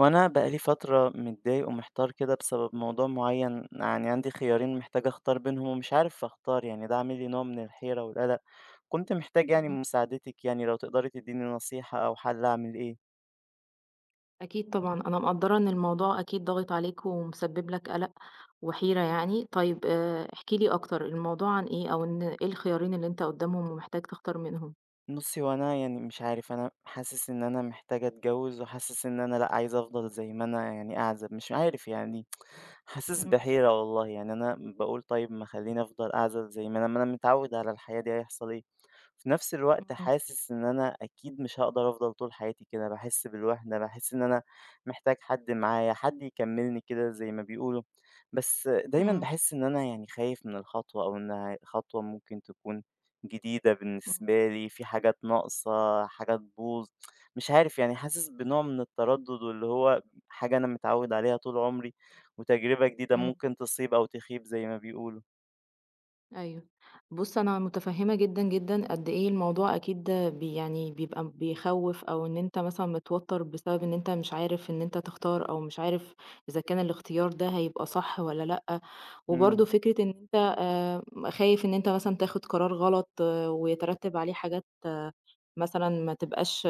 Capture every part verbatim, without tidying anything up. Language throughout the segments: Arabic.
هو أنا بقى لي فترة متضايق ومحتار كده بسبب موضوع معين، يعني عندي خيارين محتاج أختار بينهم ومش عارف أختار، يعني ده عامل لي نوع من الحيرة والقلق، كنت محتاج يعني إمم. مساعدتِك يعني لو تقدري تديني نصيحة أو حل أعمل إيه. أكيد طبعًا، أنا مقدّرة إن الموضوع أكيد ضاغط عليك ومسبب لك قَلَق وحيرة يعني. طيب آآ احكِ لي أكتر، الموضوع عن إيه أو إن إيه الخيارين اللي أنت قُدّامهم ومحتاج تختار منهم؟ بُصّي، هو أنا يعني مش عارف، أنا حاسس إن أنا محتاج أتجوّز وحاسس إن أنا لأ، عايز أفضل زي ما أنا يعني أعزب، مش عارف يعني حاسس إمم، بحيرة والله، يعني أنا باقول طيب ما خلّيني أفضل أعزل زي ما أنا ما أنا متعوّد على الحياة دي هيحصل إيه؟ في نفس الوقت إمم، حاسس إن أنا أكيد مش هاقدر أفضل طول حياتي كده، باحس بالوهْدة، باحس إن أنا محتاج حد معايا، حد يكمّلني كده زي ما بيقولوا، بس دايمًا إمم، باحس إن أنا يعني خايف من الخطوة أو إنها خطوة ممكن تكون جديدة إمم، بالنسبة لي، في حاجات ناقصة، حاجة تبوظ، مش عارف يعني حاسس بنوع من التردُّد واللي هو حاجة أنا متعوّد عليها طول عمري وتجربة جديدة إمم. ممكن تصيب أو تخيب زي ما بيقولوا. أيوه. بُص، أنا مُتفهِّمة جدًا، جدًا قد إيه الموضوع أكيد ده بي يعني بيبقى بيخوِّف أو إن أنت مثلًا متوتَّر بسبب إن أنت مش عارف إن أنت تختار أو مش عارف إذا كان الاختيار ده هيبقى صح والّا لأ، وبرضه إمم. فكرة إن أنت آآ خايف إن أنت مثلًا تاخُد قرار غلط آه، ويترتِّب عليه حاجات مثلًا ما تبقاش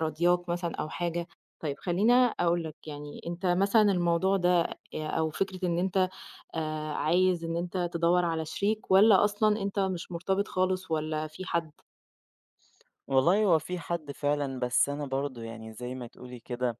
راضياك مثلًا أو حاجة. طيب خلّيني أقول لك، يعني أنت مثلًا الموضوع ده آآ أو فكرة إن أنت آآ عايز إن أنت تدوّر على شريك والّا أصلًا أنت مش مرتبط خالص والّا في حد؟ والله هو في حد فعلًا، بس أنا برضه يعني زي ما تقولي كده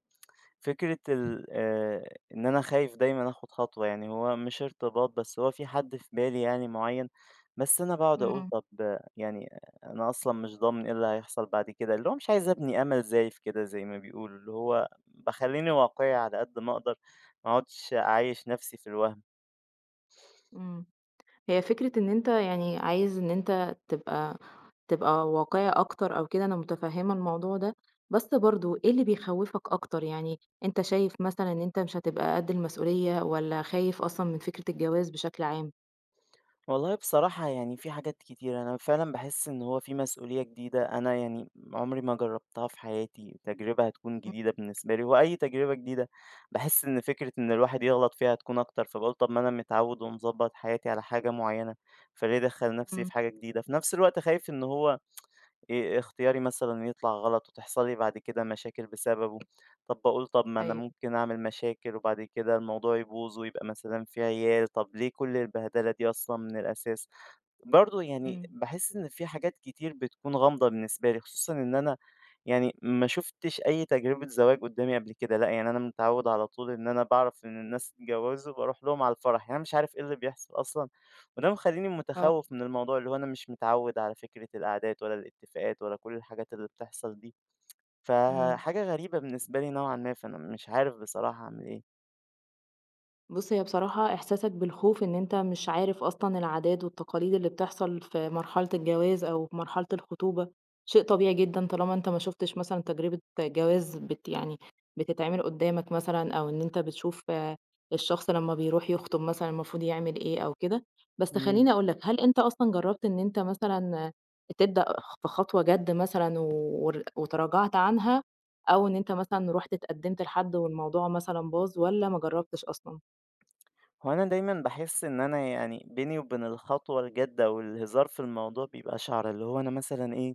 فكرة ال آآ، إن أنا خايف دايمًا آخُد خطوة، يعني هو مش ارتباط، بس هو في حد في بالي يعني معيّن، بس أنا باقعد أقول إمم، طَب آه، يعني أنا أصلًا مش ضامن إيه اللي هيحصل بعد كده، اللي هو مش عايز أبني أمل زايف كده زي ما بيقولوا، اللي هو باخلّيني واقعي على قد ما أقدر، ما أقعدش أعايش نَفْسي في الوَهْم. إمم. هي فكرة إن أنت يعني عايز إن أنت تبقى تبقى واقعي أكتر أو كده، أنا متفهّمة الموضوع ده، بس برضه إيه اللي بيخوّفك أكتر؟ يعني أنت شايف مثلًا إن أنت مش هتبقى قد المسؤولية والّا خايف أصلًا من فكرة الجواز بشكل عام؟ والله بصراحة يعني في حاجات كتير أنا فعلًا باحس إن هو في مسؤولية جديدة أنا يعني عمري ما جرّبتها في حياتي، تجربة هتكون إمم. جديدة بالنسبة لي، وأي تجربة جديدة باحس إن فكرة إن الواحد يغلط فيها هتكون أكتر، فباقول طب ما أنا متعوِّد ومضبّط حياتي على حاجة معيّنة، فليه أدخّل نَفْسي إمم، في حاجة جديدة؟ في نَفْس الوقت خايف إن هو إيه إيه اختياري مثلًا يطلع غلط وتحصل لي بعد كده مشاكل بسببه، طب باقول طب ما أنا أيوه، ممكن أعمل مشاكل وبعد كده الموضوع يبوظ ويبقى مثلًا في عيال، طب ليه كل البهدلة دي أصلًا من الأساس؟ برضه يعني إمم، باحس إن في حاجات كتير بتكون غامضة بالنسبة لي، خصوصًا إن أنا يعني ما شُفتش أي تجربة زواج قدّامي قبل كده، لأ يعني أنا متعوّد على طول إن أنا باعرف إن الناس اتجوّزوا باروح لهم على الفرح، يعني أنا مش عارف إيه اللي بيحصل أصلًا، وده مخلّيني آه، متخوّف من الموضوع، اللي هو أنا مش متعوّد على فكرة القعدات ولا الاتفاقات ولا كل الحاجات اللي بتحصل دي، إمم. فحاجة غريبة بالنسبة لي نوعًا ما، فأنا مش عارف بصراحة أعمل إيه. بُص، هي بصراحة إحساسك بالخوف إن أنت مش عارف أصلًا العادات والتقاليد اللي بتحصل في مرحلة الجواز أو في مرحلة الخطوبة، شيء طبيعي جدًا طالما أنت ما شُفتش مثلًا تجربة جواز بت يعني بتتعمل قدّامك مثلًا أو إن أنت بتشوف آه، الشخص لمّا بيروح يخطب مثلًا المفروض يعمل إيه أو كده. بس إمم. خلّيني أقول لك، هل أنت أصلًا جرّبت إن أنت مثلًا آه، تبدأ في خطوة جَد مثلًا و- ور وتراجعت عنها أو إن أنت مثلًا رُحت اتقدّمت لحد والموضوع مثلًا باظ والّا ما جرّبتش أصلًا؟ هو أنا دايمًا باحس إن أنا يعني بيني وبين الخطوة الجادة والهزار في الموضوع بيبقى شعرة، اللي هو أنا مثلًا إيه،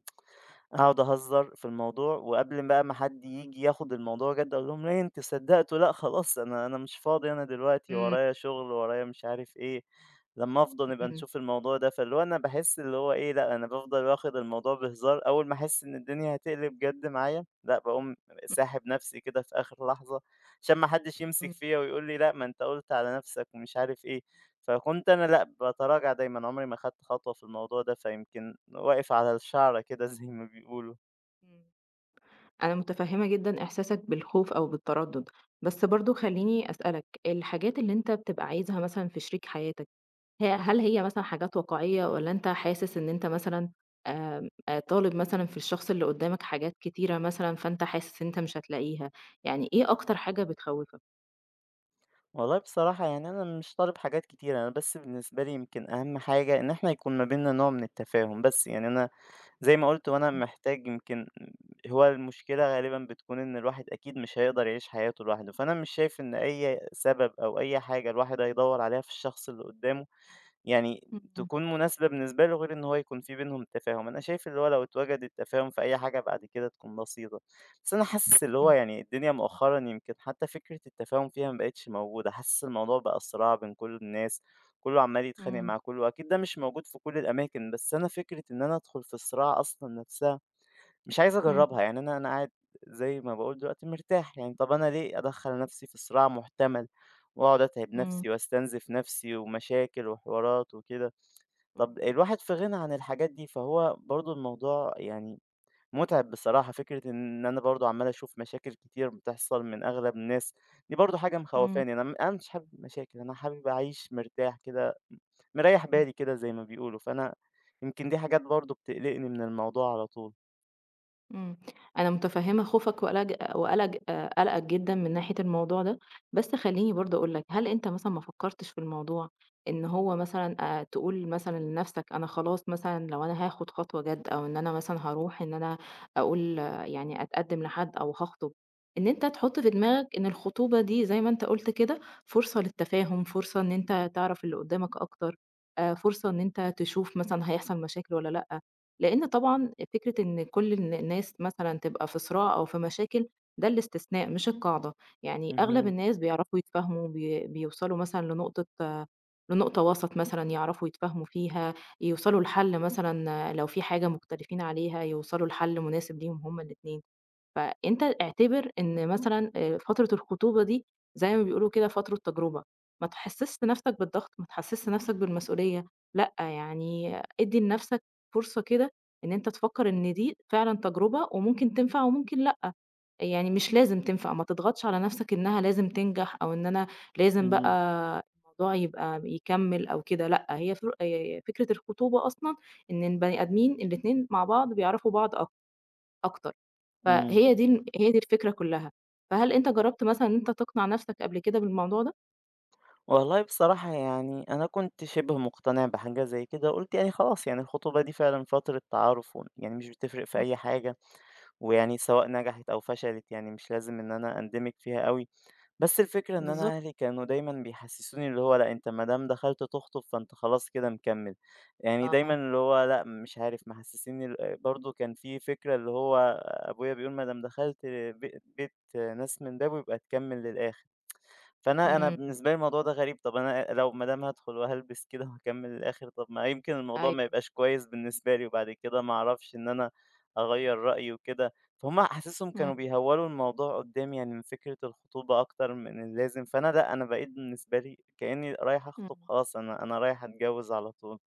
هاقعد أهزر في الموضوع، وقبل بقى ما حد ييجي ياخد الموضوع جد أقول لهم ليه أنتم صدقتوا لأ خلاص أنا أنا مش فاضي أنا دلوقتي إمم، ورايا شغل، ورايا مش عارف إيه، لمّا أفضى نبقى إمم، نشوف الموضوع ده، فاللي هو أنا باحس اللي هو إيه لأ أنا بافضل واخد الموضوع بهزار، أول ما أحس إن الدنيا هتقلب جد معايا، لأ باقوم إمم، ساحب نفسي كده في آخر لحظة، عشان ما حدش يمسك إمم، فيّا ويقول لي لأ ما أنت قُلت على نفسك ومش عارف إيه. فكنت أنا لأ، باتراجع دايمًا، عمري ما خدت خطوة في الموضوع ده، فيمكن واقف على الشعرة كده زي ما بيقولوا. إمم. أنا متفهمة جدًا إحساسك بالخوف أو بالتردد، بس برضه خلّيني أسألك، الحاجات اللي أنت بتبقى عايزها مثلًا في شريك حياتك، ه هل هي مثلًا حاجات واقعية والّا أنت حاسس إن أنت مثلًا آمم، آآ، طالب مثلًا في الشخص اللي قدامك حاجات كتيرة مثلًا، فأنت حاسس إن أنت مش هتلاقيها، يعني إيه أكتر حاجة بتخوّفك؟ والله بصراحة يعني أنا مش طالب حاجات كتيرة، أنا بس بالنسبة لي يمكن أهم حاجة إن إحنا يكون ما بيننا نوع من التفاهم بس، يعني أنا زي ما قُلت وأنا محتاج يمكن هو المشكلة غالبًا بتكون إن الواحد أكيد مش هيقدر يعيش حياته لوحده، فأنا مش شايف إن أي سبب أو أي حاجة الواحد هيدوّر عليها في الشخص اللي قدّامه يعني إمم، تكون مناسبة بالنسبة له، غير إن هو يكون في بينهم تفاهم، أنا شايف اللي هو لو اتوجد التفاهم في أي حاجة بعد كده تكون بسيطة، بس أنا حاسس اللي هو إمم، يعني الدنيا مؤخرًا يمكن حتى فكرة التفاهم فيها ما بقتش موجودة، حاسس الموضوع بقى صراع بين كل الناس، كله عمّال يتخانق إمم، مع كله، أكيد ده مش موجود في كل الأماكن، بس أنا فكرة إن أنا أدخل في الصراع أصلًا نفسها مش عايز إمم، أجرّبها، يعني أنا أنا قاعد زي ما باقول دلوقتي مرتاح، يعني طَب أنا ليه أدخّل نَفْسي في صراع مُحتمل وأقعد أتعب إمم، نَفْسي واستنزف نَفْسي ومشاكل وحوارات وكده، طَب الواحد في غِنى عن الحاجات دي، فهو برضه الموضوع يعني مُتعب بصراحة، فكرة إن أنا برضه عَمّال أشوف مشاكل كتير بتحصل من أغلب الناس، دي برضه حاجة إمم، مخوّفاني، أنا م أنا مش حابب مشاكل، أنا حابب أعيش مرتاح كده، مريّح إمم. بالي كده زي ما بيقولوا، فأنا يمكن دي حاجات برضه بتقلقني من الموضوع على طول. إمم، أنا متفهمة خوفك وقلج وقلج آآ، قلقك جدًا من ناحية الموضوع ده، بس خلّيني برضه أقول لك، هل أنت مثلًا ما فكرتش في الموضوع إن هو مثلًا آآ، تقول مثلًا لنفسك أنا خلاص مثلًا لو أنا هاخد خطوة جد أو إن أنا مثلًا هاروح إن أنا أقول آه، يعني أتقدم لحد أو هاخطب، إن أنت تحط في دماغك إن الخطوبة دي زي ما أنت قُلت كده فرصة للتفاهم، فرصة إن أنت تعرف اللي قدامك أكتر، آآ، فرصة إن أنت تشوف مثلًا هيحصل مشاكل والّا لأ، لأن طبعًا فكرة إن كل الن الناس مثلًا تبقى في صراع أو في مشاكل، ده الاستثناء مش القاعدة، يعني أغلب اهم، الناس بيعرفوا يتفاهموا، بي بيوصلوا مثلًا لنقطة آه، لنقطة وسط مثلًا يعرفوا يتفاهموا فيها، يوصلوا لحل مثلًا آه، لو في حاجة مختلفين عليها، يوصلوا لحل مناسب ليهم هُم الاتنين. فأنت اعتبر إن مثلًا آآ فترة الخطوبة دي زي ما بيقولوا كده فترة تجربة، ما تحسّسش نَفْسك بالضغط، ما تحسّسش نَفْسك بالمسؤولية، لأ، يعني ادّي لنَفْسك فرصة كده إن أنت تفكّر إن دي فعلًا تجربة وممكن تنفع وممكن لأ، يعني مش لازم تنفع، ما تضغطش على نَفْسك إنّها لازم تنجح أو إن أنا لازم بقى إمم. الموضوع يبقى يكمّل أو كده لأ، هي فر آآ فكرة الخطوبة أصلًا إن البني آدمين الاتنين مع بعض بيعرفوا بعض أك أكتر. إمم. فهي دي ال هي دي الفكرة كلّها. فهل أنت جرّبت مثلًا إن أنت تقنع نَفْسك قبل كده بالموضوع ده؟ والله بصراحة يعني أنا كنت شِبه مقتنع بحاجة زي كده، قُلت يعني خلاص يعني الخطوبة دي فعلًا فترة تعارُف و يعني مش بتفرق في إمم، أي حاجة، ويعني سواء نجحت أو فشلت يعني مش لازم إن أنا أندمج فيها أوي، بس الفكرة إن بالضبط. أنا أهلي كانوا دايمًا بيحسّسوني اللي هو لأ أنت ما دام دخلت تخطب فأنت خلاص كده مكمّل، يعني دايمًا آه، اللي هو لأ مش عارف محسّسينّي ال برضه كان في فكرة اللي هو أبويا بيقول ما دام دخلت ب بيت ناس من بابه يبقى تكمّل للآخر. فأنا أنا إمم، بالنسبة لي الموضوع ده غريب، طَب أنا لو ما دام هادخل وهالبس كده وهاكمّل للآخر، طَب ما يمكن الموضوع ما أيوه، يبقاش كويس بالنسبة لي، وبعد كده ما أعرفش إن أنا أغيّر رأيي وكده، فهُم حاسسهم كانوا إمم، بيهوّلوا الموضوع قدّامي يعني من فكرة الخطوبة أكتر من اللازم، فأنا لأ، أنا بقيت بالنسبة لي كإنّي رايح أخطب إمم. خلاص، أنا أنا رايح أتجوّز على طول.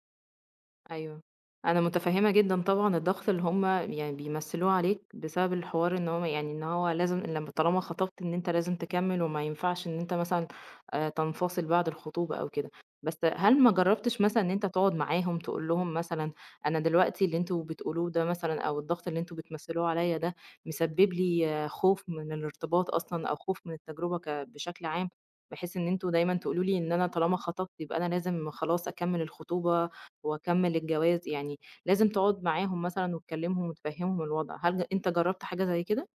أيوه. أنا متفهّمة جدًا طبعًا الضغط اللي هم يعني بيمثّلوه عليك بسبب الحوار إن هو يعني إن هو لازم لمّا طالما خطبت إن أنت لازم تكمّل وما ينفعش إن أنت مثلًا آآ تنفصل بعد الخطوبة أو كده. بس هل ما جرّبتش مثلًا إن أنت تقعد معاهم تقول لهم مثلًا أنا دلوقتي اللي أنتم بتقولوه ده مثلًا أو الضغط اللي أنتم بتمثّلوه عليّا ده مسبّب لي آه، خوف من الارتباط أصلًا أو خوف من التجربة ك بشكل عام، بحيث إن أنتم دايمًا تقولوا لي إن أنا طالما خطبت يبقى أنا لازم خلاص أكمّل الخطوبة وأكمّل الجواز، يعني لازم تقعد معاهم مثلًا وتكلّمهم وتفهّمهم الوضع، هل ج أنت جرّبت حاجة زي كده؟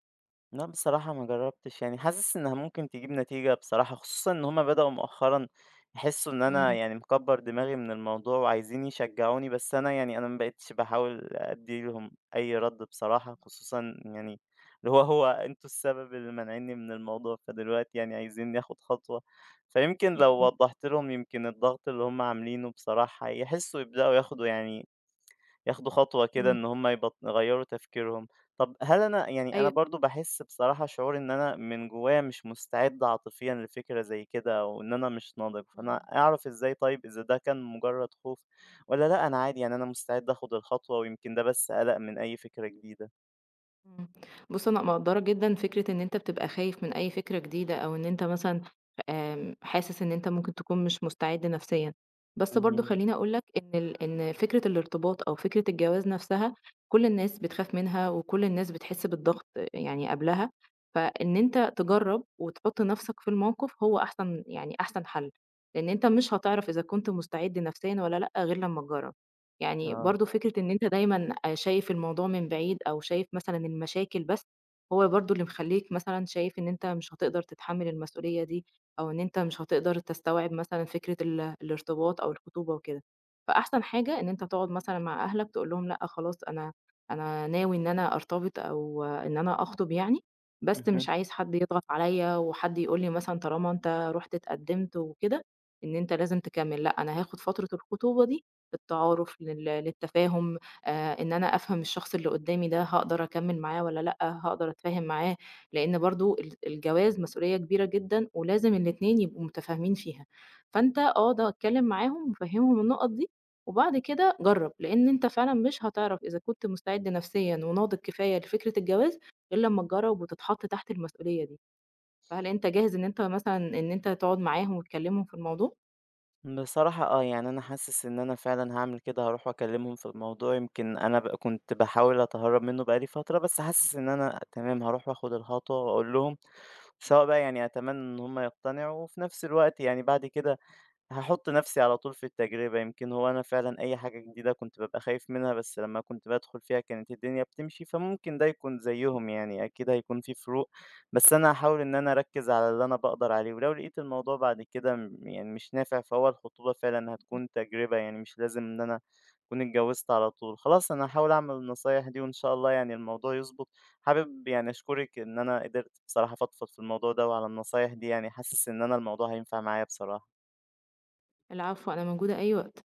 لأ بصراحة ما جرّبتش، يعني حاسس إنها ممكن تجيب نتيجة بصراحة، خصوصًا إن هُم بدأوا مؤخرًا يحسّوا إن أنا إمم، يعني مكبّر دماغي من الموضوع وعايزين يشجّعوني، بس أنا يعني أنا ما بقيتش باحاول أدّي لهم أي رَد بصراحة، خصوصًا يعني اللي هو هو أنتم السبب اللي مانعينّي من الموضوع، فدلوقتي يعني عايزينّي آخُد خطوة، فيمكن لو إمم، وضّحت لهم يمكن الضغط اللي هُم عاملينه بصراحة يحسّوا يبدأوا ياخدوا يعني ياخدوا خطوة كده إمم، إن هم يبط يغيّروا تفكيرهم. طَب هل أنا يعني أنا أيوه، برضه باحس بصراحة شعور إن أنا من جوّايا مش مستعد عاطفيًا لفكرة زي كده أو إن أنا مش ناضج، فأنا إمم. أعرف إزاي طيب إذا ده كان مجرّد خوف والّا لأ أنا عادي يعني أنا مستعد آخُد الخطوة ويمكن ده بس قَلَق من أي فكرة جديدة؟ إمم. بُص، أنا مقدّرة جدًا فكرة إن أنت بتبقى خايف من أي فكرة جديدة أو إن أنت مثلًا آمم، حاسس إن أنت ممكن تكون مش مستعد نفسيًا، بس برضه اهم. خلّيني أقول لك إن ال إن فكرة الارتباط أو فكرة الجواز نفسها كل الناس بتخاف منها وكل الناس بتحس بالضغط يعني قبلها، فإن أنت تجرّب وتحُط نفسك في الموقف هو أحسن يعني أحسن حل، لإن أنت مش هتعرف إذا كنت مستعد نفسيًا والّا لأ غير لمّا تجرّب. يعني آه. برضه فكرة إن أنت دايمًا آآ شايف الموضوع من بعيد أو شايف مثلًا المشاكل بس، هو برضه اللي مخلّيك مثلًا شايف إن أنت مش هتقدر تتحمّل المسؤولية دي، أو إن أنت مش هتقدر تستوعب مثلًا فكرة ال الارتباط أو الخطوبة وكده. فأحسن حاجة إن أنت تقعد مثلًا مع أهلك تقول لهم لأ خلاص أنا أنا ناوي إن أنا أرتبط أو إن أنا أخطب يعني، بس مش عايز حد يضغط عليّا وحد يقول لي مثلًا طالما أنت رُحت اتقدّمت وكده، إن أنت لازم تكمّل، لأ أنا هاخد فترة الخطوبة دي للتعارف، لل للتفاهم، آآ إن أنا أفهم الشخص اللي قدّامي ده هاقدر أكمّل معاه والّا لأ، هاقدر أتفاهم معاه، لإن برضه ال الجواز مسؤولية كبيرة جدًا ولازم الاتنين يبقوا متفاهمين فيها، فأنت أقعد اتكلّم معاهم وفهّمهم النُقط دي، وبعد كده جرّب، لإن أنت فعلًا مش هتعرف إذا كنت مستعد نفسيًا وناضج كفاية لفكرة الجواز غير لمّا تجرّب وتتحط تحت المسؤولية دي، فهل أنت جاهز إن أنت مثلًا إن أنت تقعد معاهم وتكلّمهم في الموضوع؟ بصراحة آه، يعني أنا حاسس إن أنا فعلًا هاعمل كده، هاروح وأكلمهم في الموضوع، يمكن أنا ب كنت باحاول أتهرب منه بقى لي فترة، بس حاسس إن أنا تمام هاروح وآخد الخطوة وأقول لهم، سواء بقى يعني أتمنى إن هم يقتنعوا، وفي نفس الوقت يعني بعد كده هاحُط نَفْسي على طول في التجربة، يمكن هو أنا فعلًا أي حاجة جديدة كنت بابقى خايف منها، بس لمّا كنت بادخُل فيها كانت الدنيا بتمشي، فممكن ده يكون زيّهم يعني، أكيد هيكون في فروق، بس أنا هاحاول إن أنا أركّز على اللي أنا باقدر عليه، ولو لقيت الموضوع بعد كده م يعني مش نافع، فهو الخطوبة فعلًا إمم. هتكون تجربة، يعني مش لازم إن أنا أكون اتجوّزت على طول. خلاص أنا هاحاول أعمل النصايح دي وإن شاء الله يعني الموضوع يضبط. حابب يعني أشكرِك إن أنا قدرت بصراحة أفضفض في الموضوع ده وعلى النصايح دي يعني، حاسس إن أنا الموضوع هينفع معايا بصراحة. العفو، أنا موجودة أي وقت.